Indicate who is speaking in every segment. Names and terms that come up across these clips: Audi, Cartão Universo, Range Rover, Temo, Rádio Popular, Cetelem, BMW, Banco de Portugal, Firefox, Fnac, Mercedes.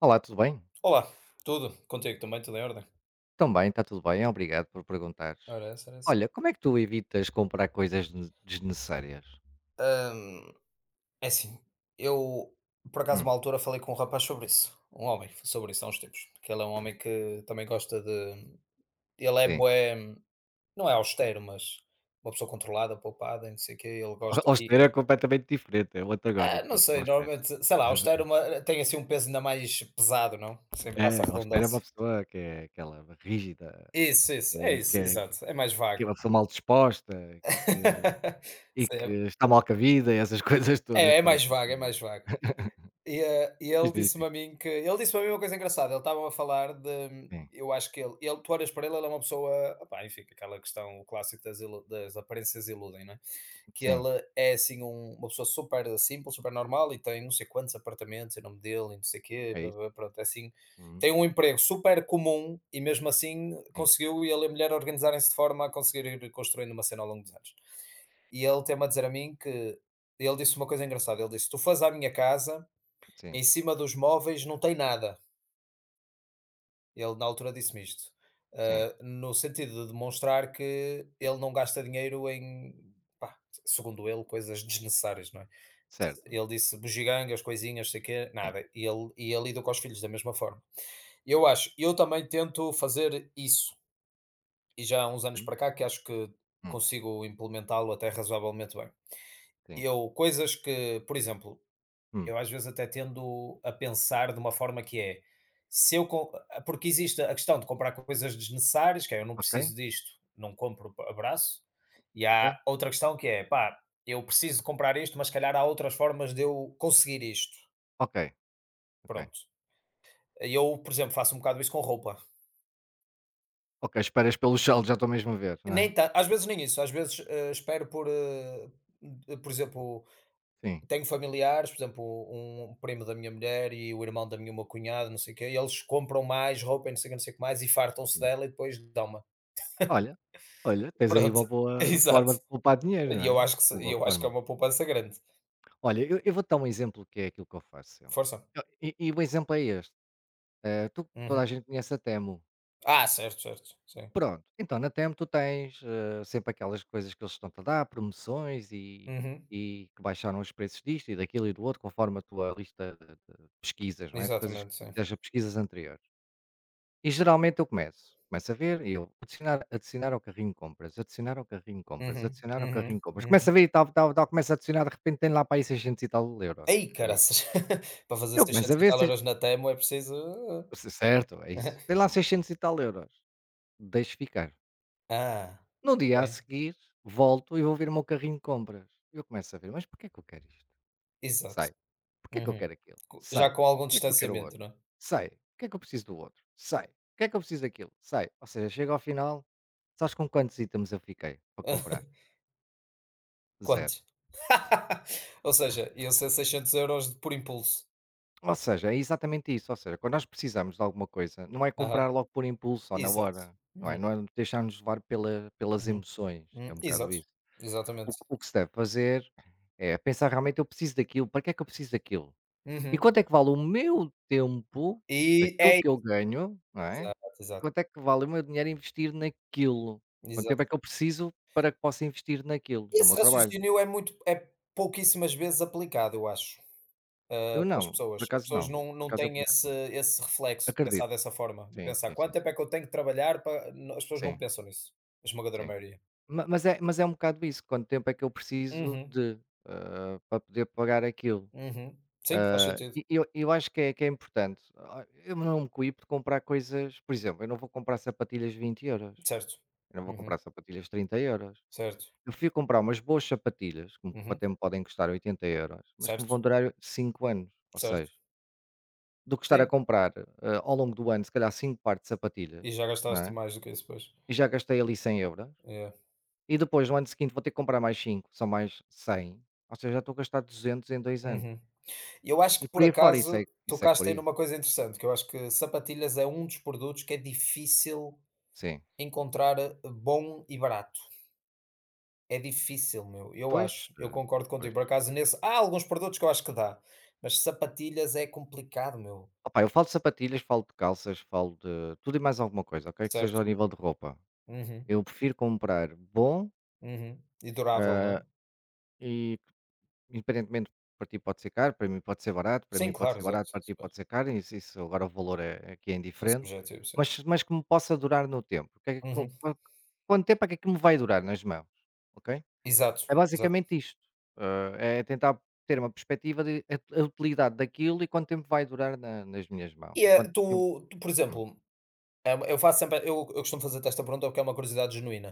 Speaker 1: Olá, tudo bem?
Speaker 2: Olá, tudo? Contigo também, tudo em ordem?
Speaker 1: Também, está tudo bem, obrigado por perguntares.
Speaker 2: Ora, essa, era essa.
Speaker 1: Olha, como é que tu evitas comprar coisas desnecessárias?
Speaker 2: Ahm, é assim, eu por acaso uma
Speaker 1: Hum,
Speaker 2: altura falei com um rapaz sobre isso, um homem sobre isso há uns tempos, que ele é um homem que também gosta de. Ele é
Speaker 1: sim.
Speaker 2: bué, não é austero, mas uma pessoa controlada, poupada, e não sei o quê, ele gosta e
Speaker 1: Austera é completamente diferente, é o
Speaker 2: ah,
Speaker 1: antagónico,
Speaker 2: não
Speaker 1: uma pessoa
Speaker 2: sei,
Speaker 1: austera.
Speaker 2: normalmente, sei lá, austero é uma- tem assim um peso ainda mais pesado, não? Sem passa
Speaker 1: É,
Speaker 2: a
Speaker 1: austera é uma
Speaker 2: redundância.
Speaker 1: pessoa que é aquela rígida,
Speaker 2: Isso,
Speaker 1: que
Speaker 2: isso, é
Speaker 1: é, que
Speaker 2: isso,
Speaker 1: é,
Speaker 2: exato, é mais
Speaker 1: que
Speaker 2: vago.
Speaker 1: é uma pessoa mal disposta e que, e
Speaker 2: Sim,
Speaker 1: que
Speaker 2: é,
Speaker 1: está mal com a vida e essas coisas todas,
Speaker 2: é
Speaker 1: parece
Speaker 2: mais
Speaker 1: um
Speaker 2: vago, é
Speaker 1: bocadinho
Speaker 2: mais
Speaker 1: isso.
Speaker 2: vago. E
Speaker 1: Mas
Speaker 2: ele
Speaker 1: diz,
Speaker 2: disse-me
Speaker 1: diz.
Speaker 2: a mim que ele disse-me a mim uma coisa engraçada, ele estava a falar de
Speaker 1: Sim,
Speaker 2: eu acho que ele tu olhas para ele, ele é uma pessoa, opá, enfim, aquela questão, o clássico das ilu das aparências iludem, né. Que ele
Speaker 1: sim,
Speaker 2: é, assim, uma pessoa super simples, super normal e tem não sei quantos apartamentos em nome dele e não sei quê,
Speaker 1: é
Speaker 2: pá,
Speaker 1: isso.
Speaker 2: pá, pronto, é assim,
Speaker 1: Uhum.
Speaker 2: tem um emprego super comum e mesmo assim
Speaker 1: Sim,
Speaker 2: conseguiu ele e a mulher organizarem-se de forma a conseguir ir construindo uma cena ao longo dos anos. E ele tem me a dizer a mim que ele disse uma coisa engraçada, ele disse: "Tu fores à minha casa".
Speaker 1: sim,
Speaker 2: Em cima dos móveis não tem nada. Ele na altura disse-me isto,
Speaker 1: sim.
Speaker 2: ah, no sentido de demonstrar que ele não gasta dinheiro em, pá, segundo ele, coisas desnecessárias, não é?
Speaker 1: Certo?
Speaker 2: Ele disse bugigangas, coisinhas, sei quê,
Speaker 1: Sim.
Speaker 2: nada. E ele lida com os filhos da mesma forma. Eu acho eu também tento fazer isso, e já há uns anos
Speaker 1: Sim.
Speaker 2: para cá que acho que
Speaker 1: Hum,
Speaker 2: consigo implementá-lo até razoavelmente bem.
Speaker 1: sim.
Speaker 2: Eu coisas que, por exemplo.
Speaker 1: Hum.
Speaker 2: Eu às vezes até tendo a pensar de uma forma que é, se eu com ah, porque existe a questão de comprar coisas desnecessárias, que é: "Eu não
Speaker 1: Ok,
Speaker 2: preciso disto, não compro, abraço", e há
Speaker 1: ok,
Speaker 2: outra questão que é: "Pá, eu preciso de comprar isto, mas se calhar há outras formas de eu conseguir isto",
Speaker 1: ok, ok,
Speaker 2: pronto. Eu, por exemplo, faço um bocado isso com roupa.
Speaker 1: ok. Esperas pelos saldos, já estou mesmo a ver, não é?
Speaker 2: Nem tan às vezes nem isso, às vezes, espero por, por exemplo.
Speaker 1: Sim,
Speaker 2: Tenho familiares, por exemplo, um primo da minha mulher e o irmão da minha uma cunhada, não sei o quê, e eles compram mais roupa e não sei o quê, não sei o que mais, e fartam-se
Speaker 1: sim.
Speaker 2: dela e depois dão-ma.
Speaker 1: Olha, olha, tens aí uma
Speaker 2: Pronto,
Speaker 1: boa
Speaker 2: exato.
Speaker 1: forma de poupar dinheiro, não
Speaker 2: E eu
Speaker 1: é?
Speaker 2: acho que se
Speaker 1: Uma
Speaker 2: e
Speaker 1: boa
Speaker 2: eu acho que é
Speaker 1: forma.
Speaker 2: uma poupança grande.
Speaker 1: Olha, eu, vou dar um exemplo que é aquilo que eu faço sempre.
Speaker 2: Força.
Speaker 1: E o exemplo é este. Toda a
Speaker 2: Uhum.
Speaker 1: gente conhece a Temo.
Speaker 2: Ah, certo, certo, sim.
Speaker 1: Pronto, então na Temo tu tens sempre aquelas coisas que eles estão-te a dar, promoções e,
Speaker 2: Uhum.
Speaker 1: e que baixaram os preços disto e daquilo e do outro, conforme a tua lista de pesquisas, não é? De coisas que
Speaker 2: Exatamente, sim.
Speaker 1: fizeste a pesquisas anteriores. E geralmente eu começo a ver e eu adicionar, adicionar ao carrinho de compras, adicionar ao carrinho de compras,
Speaker 2: Uhum,
Speaker 1: adicionar ao
Speaker 2: uhum,
Speaker 1: carrinho de compras. Começo a
Speaker 2: uhum.
Speaker 1: ver e tal, tal, tal, começo a adicionar, de repente tem lá para aí 600 e tal euros.
Speaker 2: Ai
Speaker 1: Por aí.
Speaker 2: caraças, para fazer
Speaker 1: Eu começo a
Speaker 2: 600 e
Speaker 1: ver,
Speaker 2: tal euros na temo é preciso.
Speaker 1: certo, é isso. Tem lá 600 e tal euros. Deixo ficar.
Speaker 2: Ah,
Speaker 1: No
Speaker 2: ok.
Speaker 1: dia a seguir, volto e vou ver o meu carrinho de compras. Eu começo a ver, mas porquê que eu quero isto?
Speaker 2: Exato.
Speaker 1: Sai. Porquê que eu
Speaker 2: Uhum.
Speaker 1: quero aquilo?
Speaker 2: Co
Speaker 1: Sai.
Speaker 2: já com algum
Speaker 1: Porquê que eu quero o
Speaker 2: distanciamento,
Speaker 1: outro?
Speaker 2: não é?
Speaker 1: Sai. Porquê que eu preciso do outro? Sai. Porquê que eu preciso daquilo? Sai. Ou seja, chega ao final. Sabes com quantos itens eu fiquei para comprar? Zero.
Speaker 2: Quantos? Ou seja, iam ser 600€ de por impulso.
Speaker 1: Ou seja, é exatamente isso, ou seja, quando nós precisamos de alguma coisa, não é
Speaker 2: Aham.
Speaker 1: comprar logo por impulso ou na
Speaker 2: Exato.
Speaker 1: hora, não é?
Speaker 2: Uhum,
Speaker 1: Não é deixar-nos levar pelas
Speaker 2: uhum.
Speaker 1: emoções, que é um bocado
Speaker 2: Exato.
Speaker 1: isso. O,
Speaker 2: Exatamente.
Speaker 1: que o que se deve fazer é pensar realmente, eu preciso daquilo, para que é que eu preciso daquilo? E
Speaker 2: Uhum.
Speaker 1: quanto é que vale o meu tempo,
Speaker 2: E
Speaker 1: daquilo
Speaker 2: é
Speaker 1: que eu ganho, não é?
Speaker 2: exato, exato,
Speaker 1: Quanto é que vale o meu dinheiro investir naquilo? Quanto tempo é que eu
Speaker 2: exatamente.
Speaker 1: preciso para que possa investir naquilo, no meu
Speaker 2: Esse
Speaker 1: trabalho?
Speaker 2: raciocínio é muito pouquíssimas vezes aplicado, eu acho,
Speaker 1: Eu
Speaker 2: ah, pelas
Speaker 1: não,
Speaker 2: pessoas.
Speaker 1: por
Speaker 2: As
Speaker 1: acaso
Speaker 2: pessoas
Speaker 1: não,
Speaker 2: não
Speaker 1: por
Speaker 2: não
Speaker 1: acaso
Speaker 2: têm
Speaker 1: aplico
Speaker 2: esse
Speaker 1: tudo.
Speaker 2: esse reflexo de pensar
Speaker 1: Acredito.
Speaker 2: dessa forma, de
Speaker 1: Sim,
Speaker 2: pensar:
Speaker 1: sim, sim,
Speaker 2: "Quanto tempo
Speaker 1: sim.
Speaker 2: é que eu tenho que trabalhar para". Não, as pessoas não
Speaker 1: Sim,
Speaker 2: pensam nisso, a esmagadora
Speaker 1: sim.
Speaker 2: maioria.
Speaker 1: Ma mas é um bocado isso, quanto tempo é que eu preciso
Speaker 2: Uhum,
Speaker 1: de, para poder pagar aquilo.
Speaker 2: uhum. Sim, faz sentido.
Speaker 1: E eu acho que é importante. Eu não me coíbo de comprar coisas por exemplo, eu não vou comprar sapatilhas 20 euros.
Speaker 2: Certo.
Speaker 1: Eu não vou
Speaker 2: Uhum.
Speaker 1: comprar sapatilhas 30 euros.
Speaker 2: Certo.
Speaker 1: Eu fui comprar umas boas sapatilhas, que
Speaker 2: Uhum.
Speaker 1: até me podem custar 80 euros, mas que me
Speaker 2: Certo.
Speaker 1: vão durar 5 anos ou
Speaker 2: Certo.
Speaker 1: 6, do que estar a
Speaker 2: Sim.
Speaker 1: comprar, ao longo do ano, se calhar 5 pares de sapatilhas,
Speaker 2: E já
Speaker 1: não
Speaker 2: gastaste
Speaker 1: é,
Speaker 2: mais do que isso, pois.
Speaker 1: e já gastei ali 100 euros.
Speaker 2: É.
Speaker 1: E depois, no ano seguinte, vou ter que comprar mais 5 são mais 100, ou seja, já estou a gastar 200 em 2 anos.
Speaker 2: Uhum. Eu acho
Speaker 1: E
Speaker 2: que
Speaker 1: por
Speaker 2: por
Speaker 1: aí fora, isso
Speaker 2: acaso
Speaker 1: segue e segue por
Speaker 2: tocaste aí
Speaker 1: aí.
Speaker 2: numa coisa interessante, que eu acho que sapatilhas é um dos produtos que é difícil
Speaker 1: Sim.
Speaker 2: encontrar bom e barato. É difícil, meu, eu
Speaker 1: Pois,
Speaker 2: acho. Eu concordo contigo.
Speaker 1: pois.
Speaker 2: Por acaso, nesse, há alguns produtos que eu acho que dá, mas sapatilhas é complicado, meu.
Speaker 1: Opa, eu falo de sapatilhas, falo de calças, falo de tudo e mais alguma coisa, ok, que seja
Speaker 2: Certo.
Speaker 1: ao nível de roupa.
Speaker 2: Uhum,
Speaker 1: Eu prefiro comprar bom,
Speaker 2: uhum. E durável, não
Speaker 1: hã,
Speaker 2: é?
Speaker 1: e Independentemente, para ti pode ser caro, para mim pode ser barato, para mim
Speaker 2: Sim,
Speaker 1: pode
Speaker 2: claro,
Speaker 1: ser
Speaker 2: exato.
Speaker 1: barato, para ti pode ser caro, isso agora o valor aqui é
Speaker 2: É
Speaker 1: indiferente,
Speaker 2: subjetivo, sim.
Speaker 1: mas que me possa durar no tempo. Que é que com
Speaker 2: Uhum.
Speaker 1: quan Quanto tempo é que aquilo me vai durar nas mãos, ok?
Speaker 2: Exato,
Speaker 1: É
Speaker 2: exato.
Speaker 1: basicamente isto, é tentar ter uma perspectiva de a utilidade daquilo e quanto tempo vai durar na nas minhas mãos
Speaker 2: E
Speaker 1: e quanto tempo.
Speaker 2: por
Speaker 1: hum,
Speaker 2: exemplo, é uma eu faço sempre eu costumo fazer-te esta pergunta porque é uma curiosidade genuína.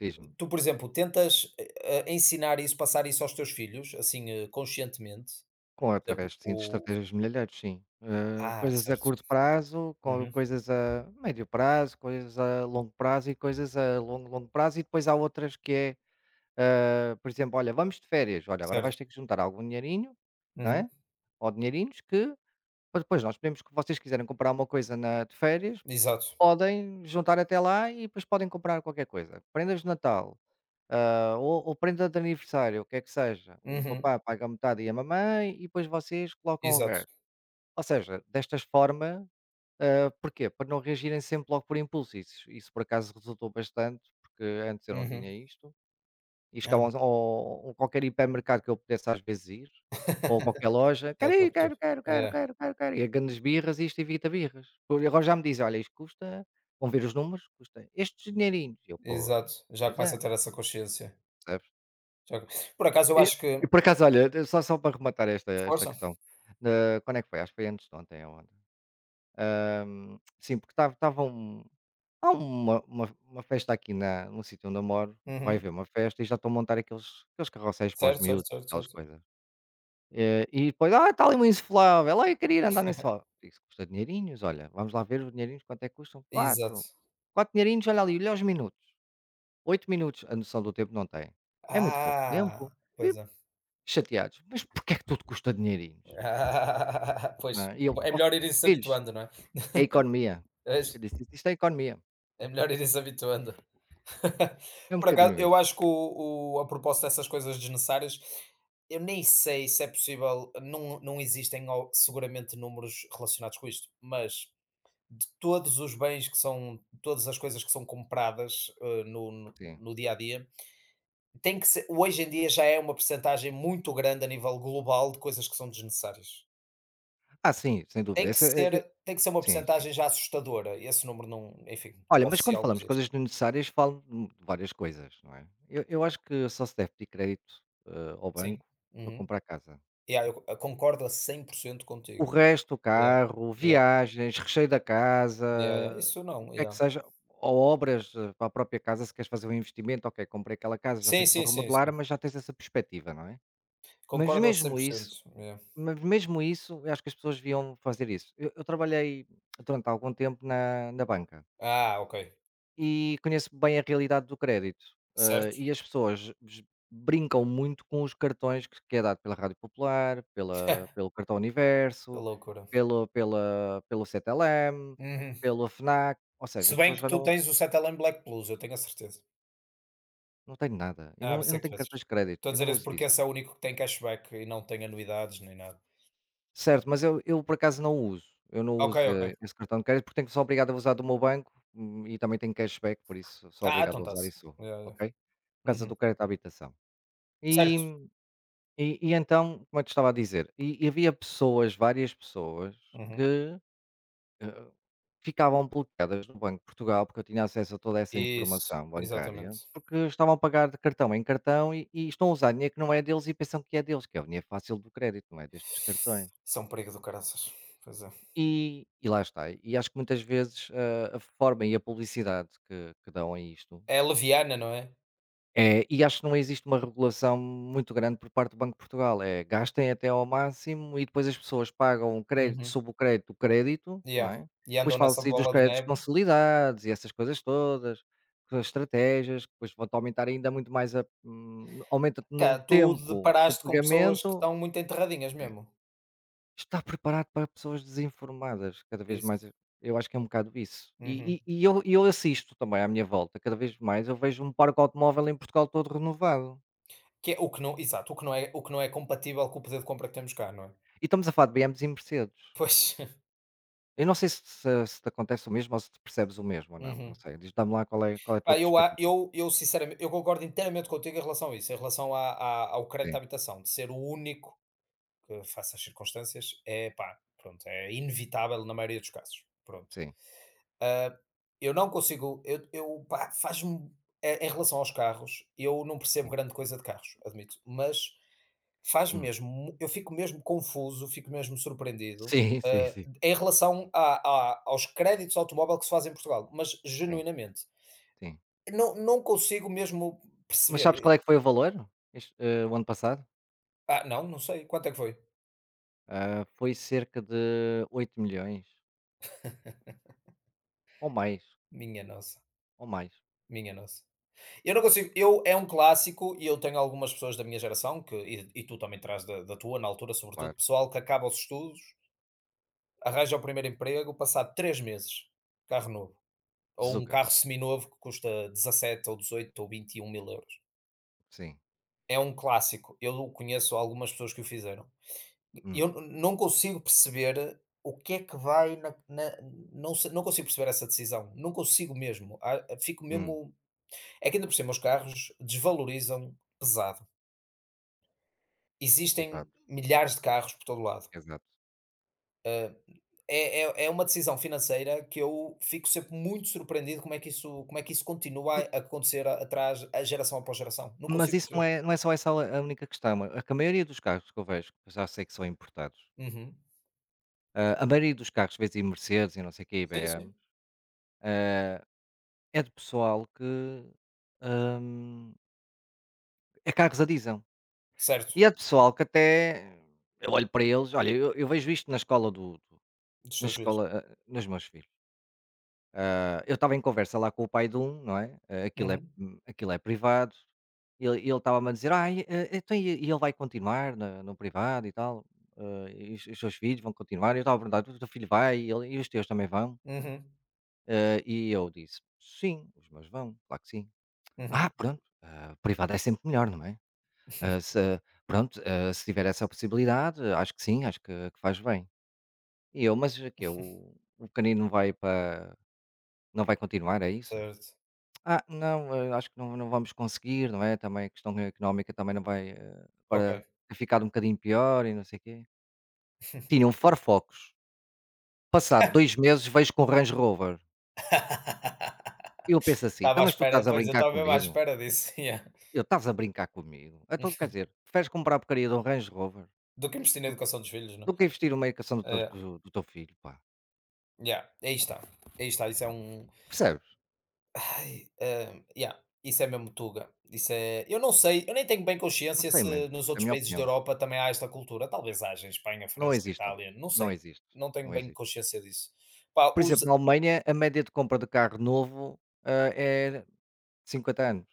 Speaker 1: Diz-me.
Speaker 2: Tu, por exemplo, tentas, ensinar isso, passar isso aos teus filhos, assim, conscientemente?
Speaker 1: Com
Speaker 2: Por exemplo,
Speaker 1: Através, sim, de
Speaker 2: o
Speaker 1: estratégias de milhalheiros, sim.
Speaker 2: ah,
Speaker 1: Coisas a
Speaker 2: certo.
Speaker 1: curto prazo, com
Speaker 2: Uhum.
Speaker 1: coisas a médio prazo, coisas a longo prazo e coisas a longo, longo prazo. E depois há outras que é, por exemplo, olha, vamos de férias. Olha, agora vais
Speaker 2: Certo.
Speaker 1: ter que juntar algum dinheirinho, não
Speaker 2: Uhum.
Speaker 1: é? Ou dinheirinhos que para depois nós podemos, que vocês quiserem comprar uma coisa de férias,
Speaker 2: Exato.
Speaker 1: podem juntar até lá e depois podem comprar qualquer coisa. Prendas de Natal, ou prenda de aniversário, o que é que seja. O
Speaker 2: Uhum.
Speaker 1: papá paga metade e a mamãe, e depois vocês colocam o
Speaker 2: Exato.
Speaker 1: resto. Ou seja, destas forma, porquê? Para não reagirem sempre logo por impulso, isso por acaso resultou bastante, porque antes eu não tinha
Speaker 2: Uhum.
Speaker 1: isto, e
Speaker 2: Ah.
Speaker 1: chegavam ao a qualquer hipermercado que eu pudesse às vezes ir, ou a qualquer loja:
Speaker 2: Já
Speaker 1: "Quero
Speaker 2: estou a
Speaker 1: ir, quero,
Speaker 2: perceber.
Speaker 1: quero, quero,
Speaker 2: É,
Speaker 1: quero, quero, quero", e a grandes birras e isto evita birras. Por agora já me dizem: "Olha, isto custa", vão ver os números, "custa estes dinheirinhos", e eu: "Pois,
Speaker 2: exato. Já
Speaker 1: pois
Speaker 2: começa a
Speaker 1: é",
Speaker 2: ter essa consciência.
Speaker 1: percebes?
Speaker 2: Já co- por acaso eu
Speaker 1: E
Speaker 2: acho que
Speaker 1: e por acaso, olha, só para rematar esta
Speaker 2: força.
Speaker 1: questão, quando é que foi? Acho que foi antes de ontem ou ontem. Sim, porque estava há uma festa aqui na no sítio onde eu moro, vai haver
Speaker 2: Uhum.
Speaker 1: uma festa e já estão a montar aqueles carrosséis para os
Speaker 2: Certo, certo,
Speaker 1: miúdos,
Speaker 2: certo,
Speaker 1: aquelas
Speaker 2: certo.
Speaker 1: coisas. E depois: "Ah, está ali um insuflável, ai eu queria ir andar no insuflável". Isso custa dinheirinhos, olha, vamos lá ver os dinheirinhos quanto é que custam, quatro
Speaker 2: Exato.
Speaker 1: quatro dinheirinhos, olha ali, olha os minutos, 8 minutos, a noção do tempo não tem. É muito pouco
Speaker 2: Ah,
Speaker 1: tempo, e
Speaker 2: pois é.
Speaker 1: chateados: "Mas porque é que tudo custa dinheirinhos?",
Speaker 2: Ah,
Speaker 1: não
Speaker 2: pois,
Speaker 1: é? E eu:
Speaker 2: é
Speaker 1: "Oh,
Speaker 2: melhor irem se
Speaker 1: filhos,
Speaker 2: habituando, não é?
Speaker 1: é a economia". Eu
Speaker 2: Pois,
Speaker 1: disse: "Isto é a economia,
Speaker 2: é melhor irem se habituando.
Speaker 1: é um
Speaker 2: Por acaso,
Speaker 1: bocadinho
Speaker 2: eu
Speaker 1: isso".
Speaker 2: acho que o- a propósito dessas coisas desnecessárias, eu nem sei se é possível, não, não existem ó, seguramente números relacionados com isto, mas todos os bens que são, todas as coisas que são compradas no, no
Speaker 1: Sim.
Speaker 2: no dia a dia, tem que ser, hoje em dia já é uma percentagem muito grande a nível global de coisas que são desnecessárias.
Speaker 1: Ah, sim, sem dúvida. Essa é,
Speaker 2: Tem que ser uma
Speaker 1: sim, sim.
Speaker 2: percentagem já assustadora, esse número não enfim,
Speaker 1: Olha,
Speaker 2: o
Speaker 1: mas quando
Speaker 2: oficial não
Speaker 1: falamos
Speaker 2: existe.
Speaker 1: coisas desnecessárias, falo de várias coisas, não é. Eu acho que só se deve pedir crédito, ao
Speaker 2: Sim,
Speaker 1: banco para
Speaker 2: uhum.
Speaker 1: comprar casa.
Speaker 2: Yeah, eu co concordo a 100% contigo.
Speaker 1: O resto, o
Speaker 2: Yeah,
Speaker 1: carro,
Speaker 2: yeah,
Speaker 1: viagens, recheio da casa,
Speaker 2: yeah, yeah, isso
Speaker 1: o
Speaker 2: não,
Speaker 1: que é que
Speaker 2: yeah.
Speaker 1: seja, ou obras para a própria casa, se queres fazer um investimento, ok, comprei aquela casa, já sei
Speaker 2: Sim,
Speaker 1: que vou
Speaker 2: sim, sim, sim.
Speaker 1: remodelar, mas já tens essa perspectiva, não é. Mas
Speaker 2: Concordo a cem
Speaker 1: mesmo
Speaker 2: por cento
Speaker 1: isso
Speaker 2: yeah.
Speaker 1: mas mesmo isso, eu acho que as pessoas deviam fazer isso. Eu trabalhei durante algum tempo na banca.
Speaker 2: Ah, ok.
Speaker 1: E conheço bem a realidade do crédito,
Speaker 2: Certo,
Speaker 1: e as pessoas bes brincam muito com os cartões que é dado pela Rádio Popular, pela pelo Cartão
Speaker 2: que
Speaker 1: Universo,
Speaker 2: loucura.
Speaker 1: pelo Cetelem,
Speaker 2: Uhum.
Speaker 1: pelo Fnac, ou seja,
Speaker 2: Se
Speaker 1: as
Speaker 2: bem
Speaker 1: pessoas
Speaker 2: que
Speaker 1: já
Speaker 2: tu
Speaker 1: não
Speaker 2: tens o Cetelem Black Plus, eu tenho a certeza.
Speaker 1: não têm nada,
Speaker 2: Ah,
Speaker 1: eu
Speaker 2: pensei
Speaker 1: não
Speaker 2: que
Speaker 1: tenho
Speaker 2: tivesses.
Speaker 1: cartões de crédito,
Speaker 2: Estou a
Speaker 1: eu
Speaker 2: dizer
Speaker 1: não
Speaker 2: isso
Speaker 1: uso
Speaker 2: porque
Speaker 1: disso.
Speaker 2: esse é o único que tem cashback e não tem anuidades nem nada.
Speaker 1: Certo, mas eu por acaso não uso, eu não
Speaker 2: Ok,
Speaker 1: uso,
Speaker 2: ok.
Speaker 1: esse cartão de crédito porque tenho que sou obrigado a usar do meu banco, e também tenho cashback, por isso sou
Speaker 2: Ah,
Speaker 1: obrigado
Speaker 2: então
Speaker 1: a usar
Speaker 2: está-se.
Speaker 1: isso,
Speaker 2: Yeah, yeah.
Speaker 1: ok? Por causa do
Speaker 2: Uhum.
Speaker 1: crédito à habitação. E
Speaker 2: Certo.
Speaker 1: e então, como eu te estava a dizer, e havia pessoas, várias pessoas,
Speaker 2: Uhum.
Speaker 1: que, eh, ficavam bloqueadas no Banco de Portugal, porque eu tinha acesso a toda essa
Speaker 2: Isso,
Speaker 1: informação bancária,
Speaker 2: exatamente.
Speaker 1: porque estavam a pagar de cartão em cartão e estão a usar dinheiro que não é deles e pensam que é deles, que é o dinheiro fácil do crédito, não é destes cartões.
Speaker 2: São é um perigo do caraças. Pois é.
Speaker 1: E lá está, e acho que muitas vezes, a forma e a publicidade que dão a isto.
Speaker 2: É leviana, não é?
Speaker 1: É, e acho que não existe uma regulação muito grande por parte do Banco de Portugal. É, gastem até ao máximo e depois as pessoas pagam o crédito,
Speaker 2: Uhum.
Speaker 1: sob o crédito, não
Speaker 2: Yeah.
Speaker 1: é?
Speaker 2: E
Speaker 1: Depois
Speaker 2: andam nessa
Speaker 1: fala-se aí dos
Speaker 2: bola de
Speaker 1: créditos
Speaker 2: neve.
Speaker 1: consolidados e essas coisas todas, com as estratégias, que depois vão-te aumentar ainda muito mais, aumenta-te
Speaker 2: Cá,
Speaker 1: no
Speaker 2: tu
Speaker 1: tempo o
Speaker 2: deparaste com pessoas que
Speaker 1: pagamento.
Speaker 2: estão muito enterradinhas
Speaker 1: É.
Speaker 2: mesmo.
Speaker 1: Está preparado para pessoas desinformadas, cada vez
Speaker 2: Isso.
Speaker 1: mais. Eu acho que é um bocado isso.
Speaker 2: Uhum.
Speaker 1: E eu assisto também à minha volta, cada vez mais eu vejo um parque automóvel em Portugal todo renovado.
Speaker 2: Que é o que não exato, o que não é o que não é compatível com o poder de compra que temos cá, não é?
Speaker 1: E estamos a falar de BMWs e Mercedes.
Speaker 2: Pois.
Speaker 1: Eu não sei se se te acontece o mesmo ou se tu percebes o mesmo ou não, não
Speaker 2: Uhum.
Speaker 1: sei. Diz Dá-me lá qual é a tua
Speaker 2: Pá, eu a
Speaker 1: perspectiva.
Speaker 2: eu eu sinceramente eu concordo inteiramente contigo em relação a isso, em relação à à ao crédito
Speaker 1: Sim,
Speaker 2: à habitação, de ser o único que face às circunstâncias, é pá, pronto, é inevitável na maioria dos casos. Pronto.
Speaker 1: sim,
Speaker 2: Ah, eu não consigo, eu pá, faz-me. É- Em relação aos carros, eu não percebo
Speaker 1: sim.
Speaker 2: grande coisa de carros, admito, mas faz
Speaker 1: Hum.
Speaker 2: mesmo, mu- eu fico mesmo confuso, fico mesmo surpreendido
Speaker 1: Sim, sim,
Speaker 2: ah,
Speaker 1: sim,
Speaker 2: em relação a- aos créditos automóvel que se fazem em Portugal, mas
Speaker 1: sim,
Speaker 2: genuinamente.
Speaker 1: sim.
Speaker 2: Não, não consigo mesmo
Speaker 1: Mas
Speaker 2: perceber.
Speaker 1: sabes
Speaker 2: Eh,
Speaker 1: qual é que foi o valor? Este, o ano passado?
Speaker 2: ah, não, não sei. Quanto é que foi?
Speaker 1: Foi cerca de 8 milhões ou mais,
Speaker 2: Minha nossa,
Speaker 1: ou mais,
Speaker 2: minha nossa. Eu não consigo, eu é um clássico e eu tenho algumas pessoas da minha geração que e tu também terás da da tua, na altura,
Speaker 1: claro.
Speaker 2: sobretudo, pessoal que acaba os estudos, arranja o primeiro emprego, passado 3 meses, carro novo, ou um
Speaker 1: Zuca,
Speaker 2: carro seminovo que custa 17 ou 18 ou 21 mil euros.
Speaker 1: sim.
Speaker 2: É um clássico, eu conheço algumas pessoas que o fizeram.
Speaker 1: Hum,
Speaker 2: Eu n- não consigo perceber o que é que vai na na não se não consigo perceber essa decisão, não consigo mesmo, ah, fico
Speaker 1: hum,
Speaker 2: mesmo é que ainda por cima os carros desvalorizam pesado.
Speaker 1: exato,
Speaker 2: Existem milhares de carros por todo lado.
Speaker 1: exato.
Speaker 2: É uma decisão financeira que eu fico sempre muito surpreendido como é que isso como é que isso continua
Speaker 1: M
Speaker 2: a acontecer a- atrás a geração após geração. Não
Speaker 1: mas
Speaker 2: consigo
Speaker 1: isso não
Speaker 2: perceber.
Speaker 1: é não é só essa a única questão, é que a maioria dos carros que eu vejo, que eu já sei que são importados.
Speaker 2: Uhum.
Speaker 1: A maioria dos carros, vês aí Mercedes e não sei o quê, e
Speaker 2: Sim,
Speaker 1: BM,
Speaker 2: sim.
Speaker 1: é de pessoal que, hum, é carros a diesel.
Speaker 2: Certo,
Speaker 1: E é de pessoal que até eu olho para eles, olha, eu vejo isto
Speaker 2: dos
Speaker 1: na
Speaker 2: seus filhos.
Speaker 1: escola, nos meus filhos. Eu estava em conversa lá com o pai de um, não é,
Speaker 2: Uhum,
Speaker 1: aquilo é privado, e ele estava-me a dizer: "Ai, então e ele vai continuar na no privado e tal? E os seus filhos vão continuar?" E eu estava a perguntar: "O teu filho vai e ele e os teus também vão?"
Speaker 2: uhum,
Speaker 1: E eu disse: "Sim, os meus vão, claro que sim".
Speaker 2: uhum.
Speaker 1: Pronto, privado é sempre melhor, não é? Ah, se Pronto, se tiver essa possibilidade, acho que sim, acho que faz bem". E eu: "Mas o quê? O pequenino vai para não vai continuar, é isso?"
Speaker 2: Certo,
Speaker 1: Não, acho que não vamos conseguir, não é? Também a questão económica também não vai,
Speaker 2: ok.
Speaker 1: agora tem ficado um bocadinho pior e não sei o quê". Tinham Firefox. Passado 2 meses vejo com o Range Rover. Eu penso assim: "Então,
Speaker 2: Estava à
Speaker 1: mas tu
Speaker 2: espera,
Speaker 1: estás a
Speaker 2: pois eu
Speaker 1: brincar
Speaker 2: estava mesmo à
Speaker 1: comigo?"
Speaker 2: espera disso, yeah.
Speaker 1: Estás a brincar comigo? Então, quer dizer, preferes comprar a porcaria de um Range Rover
Speaker 2: Do que investir na educação dos filhos, né.
Speaker 1: do que investir numa educação do teu,
Speaker 2: Eh,
Speaker 1: do, do teu filho, pá.
Speaker 2: yeah, aí está, isso é um.
Speaker 1: Percebes?
Speaker 2: Ai, hã, yeah, isso é mesmo Tuga. Isso é eu não sei, eu nem tenho bem
Speaker 1: Não
Speaker 2: consciência
Speaker 1: sei, mas
Speaker 2: se nos
Speaker 1: é a
Speaker 2: outros
Speaker 1: minha
Speaker 2: países da
Speaker 1: opinião.
Speaker 2: Europa também há esta cultura, talvez haja, em Espanha,
Speaker 1: Não
Speaker 2: França,
Speaker 1: existe, ó.
Speaker 2: Itália, não
Speaker 1: Não
Speaker 2: sei,
Speaker 1: existe,
Speaker 2: não tenho
Speaker 1: não
Speaker 2: bem
Speaker 1: existe.
Speaker 2: consciência disso. Pá,
Speaker 1: Por
Speaker 2: os
Speaker 1: exemplo, na Alemanha, a média de compra de carro novo é 50 anos.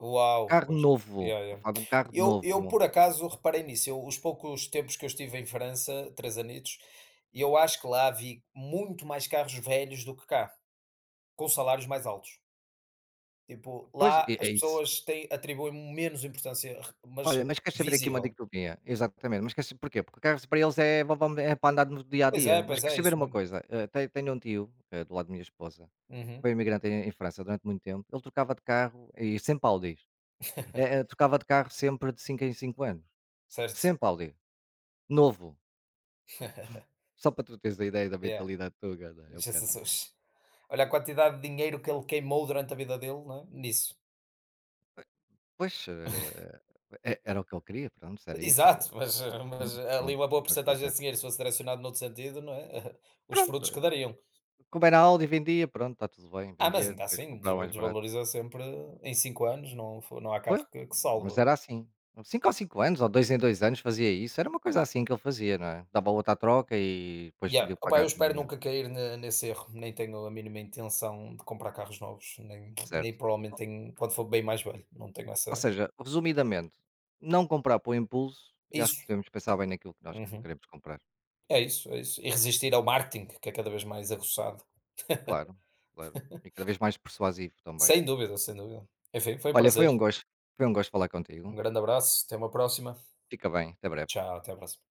Speaker 2: uau,
Speaker 1: Carro
Speaker 2: pois,
Speaker 1: novo,
Speaker 2: yeah,
Speaker 1: estou a
Speaker 2: yeah.
Speaker 1: falar de um carro
Speaker 2: Eu
Speaker 1: novo,
Speaker 2: eu
Speaker 1: não.
Speaker 2: por acaso reparei nisso, eu os poucos tempos que eu estive em França, 3 anitos, eu acho que lá vi muito mais carros velhos do que cá, com salários mais altos. Tipo,
Speaker 1: Pois, é,
Speaker 2: lá as
Speaker 1: é isso.
Speaker 2: pessoas têm atribuem menos importância,
Speaker 1: Olha,
Speaker 2: mas
Speaker 1: mas queres saber aqui uma
Speaker 2: visível.
Speaker 1: dicotomia? Exatamente, mas queres, porquê? Porque carros para eles é para andar no dia a dia. Mas
Speaker 2: Pois
Speaker 1: queres
Speaker 2: é,
Speaker 1: saber
Speaker 2: isso
Speaker 1: uma
Speaker 2: mesmo.
Speaker 1: coisa? Tenho um tio, do lado da minha esposa, foi
Speaker 2: Uhum,
Speaker 1: imigrante em França durante muito tempo, ele trocava de carro e sempre Audis, trocava de carro sempre de 5 em 5 anos,
Speaker 2: certo.
Speaker 1: sempre Audi, novo, só para tu teres a ideia da
Speaker 2: Yeah.
Speaker 1: mentalidade tuga, né, É um bocado isso.
Speaker 2: Jesus. Olha a quantidade de dinheiro que ele queimou durante a vida dele, não é? Nisso.
Speaker 1: Pois, e era o que ele queria, pronto, se era isso,
Speaker 2: Exato, mas, eh, mas ali
Speaker 1: pronto, o
Speaker 2: uma
Speaker 1: que
Speaker 2: boa
Speaker 1: é que vamos
Speaker 2: porcentagem
Speaker 1: fazer?
Speaker 2: desse dinheiro, se fosse direcionado noutro sentido, não é? Os
Speaker 1: Pronto,
Speaker 2: frutos que dariam.
Speaker 1: como era Audi vendia, pronto, está tudo bem,
Speaker 2: Ah, mas
Speaker 1: vendia,
Speaker 2: ainda
Speaker 1: depois
Speaker 2: assim,
Speaker 1: comprava
Speaker 2: des-
Speaker 1: mais barato.
Speaker 2: desvaloriza sempre em 5 anos, não, fo- não há carro
Speaker 1: Pois,
Speaker 2: que
Speaker 1: mas
Speaker 2: salve.
Speaker 1: era assim, cinco ou 5 anos ou 2 em 2 anos fazia isso, era uma coisa assim que ele fazia, não é, dava outra à troca e depois tinha
Speaker 2: Yeah.
Speaker 1: que
Speaker 2: Opá,
Speaker 1: pagar
Speaker 2: eu
Speaker 1: no
Speaker 2: espero
Speaker 1: momento,
Speaker 2: nunca cair ne- nesse erro, nem tenho a mínima intenção de comprar carros novos, nem, nem
Speaker 1: certo.
Speaker 2: provavelmente tenho, quando for bem mais velho, não tenho
Speaker 1: Ou
Speaker 2: essa.
Speaker 1: seja, resumidamente, não comprar por impulso e acho
Speaker 2: Isso.
Speaker 1: que devemos pensar bem naquilo que nós
Speaker 2: Uhum.
Speaker 1: queremos comprar.
Speaker 2: É isso, é isso. E resistir ao marketing, que é cada vez mais aguçado.
Speaker 1: Claro, claro. E cada vez mais persuasivo também.
Speaker 2: Sem dúvida, sem dúvida. Enfim, foi um
Speaker 1: Olha,
Speaker 2: prazer.
Speaker 1: foi um gosto falar
Speaker 2: Um
Speaker 1: contigo.
Speaker 2: grande abraço. Até uma próxima.
Speaker 1: Fica bem, até breve.
Speaker 2: Tchau, até à próxima.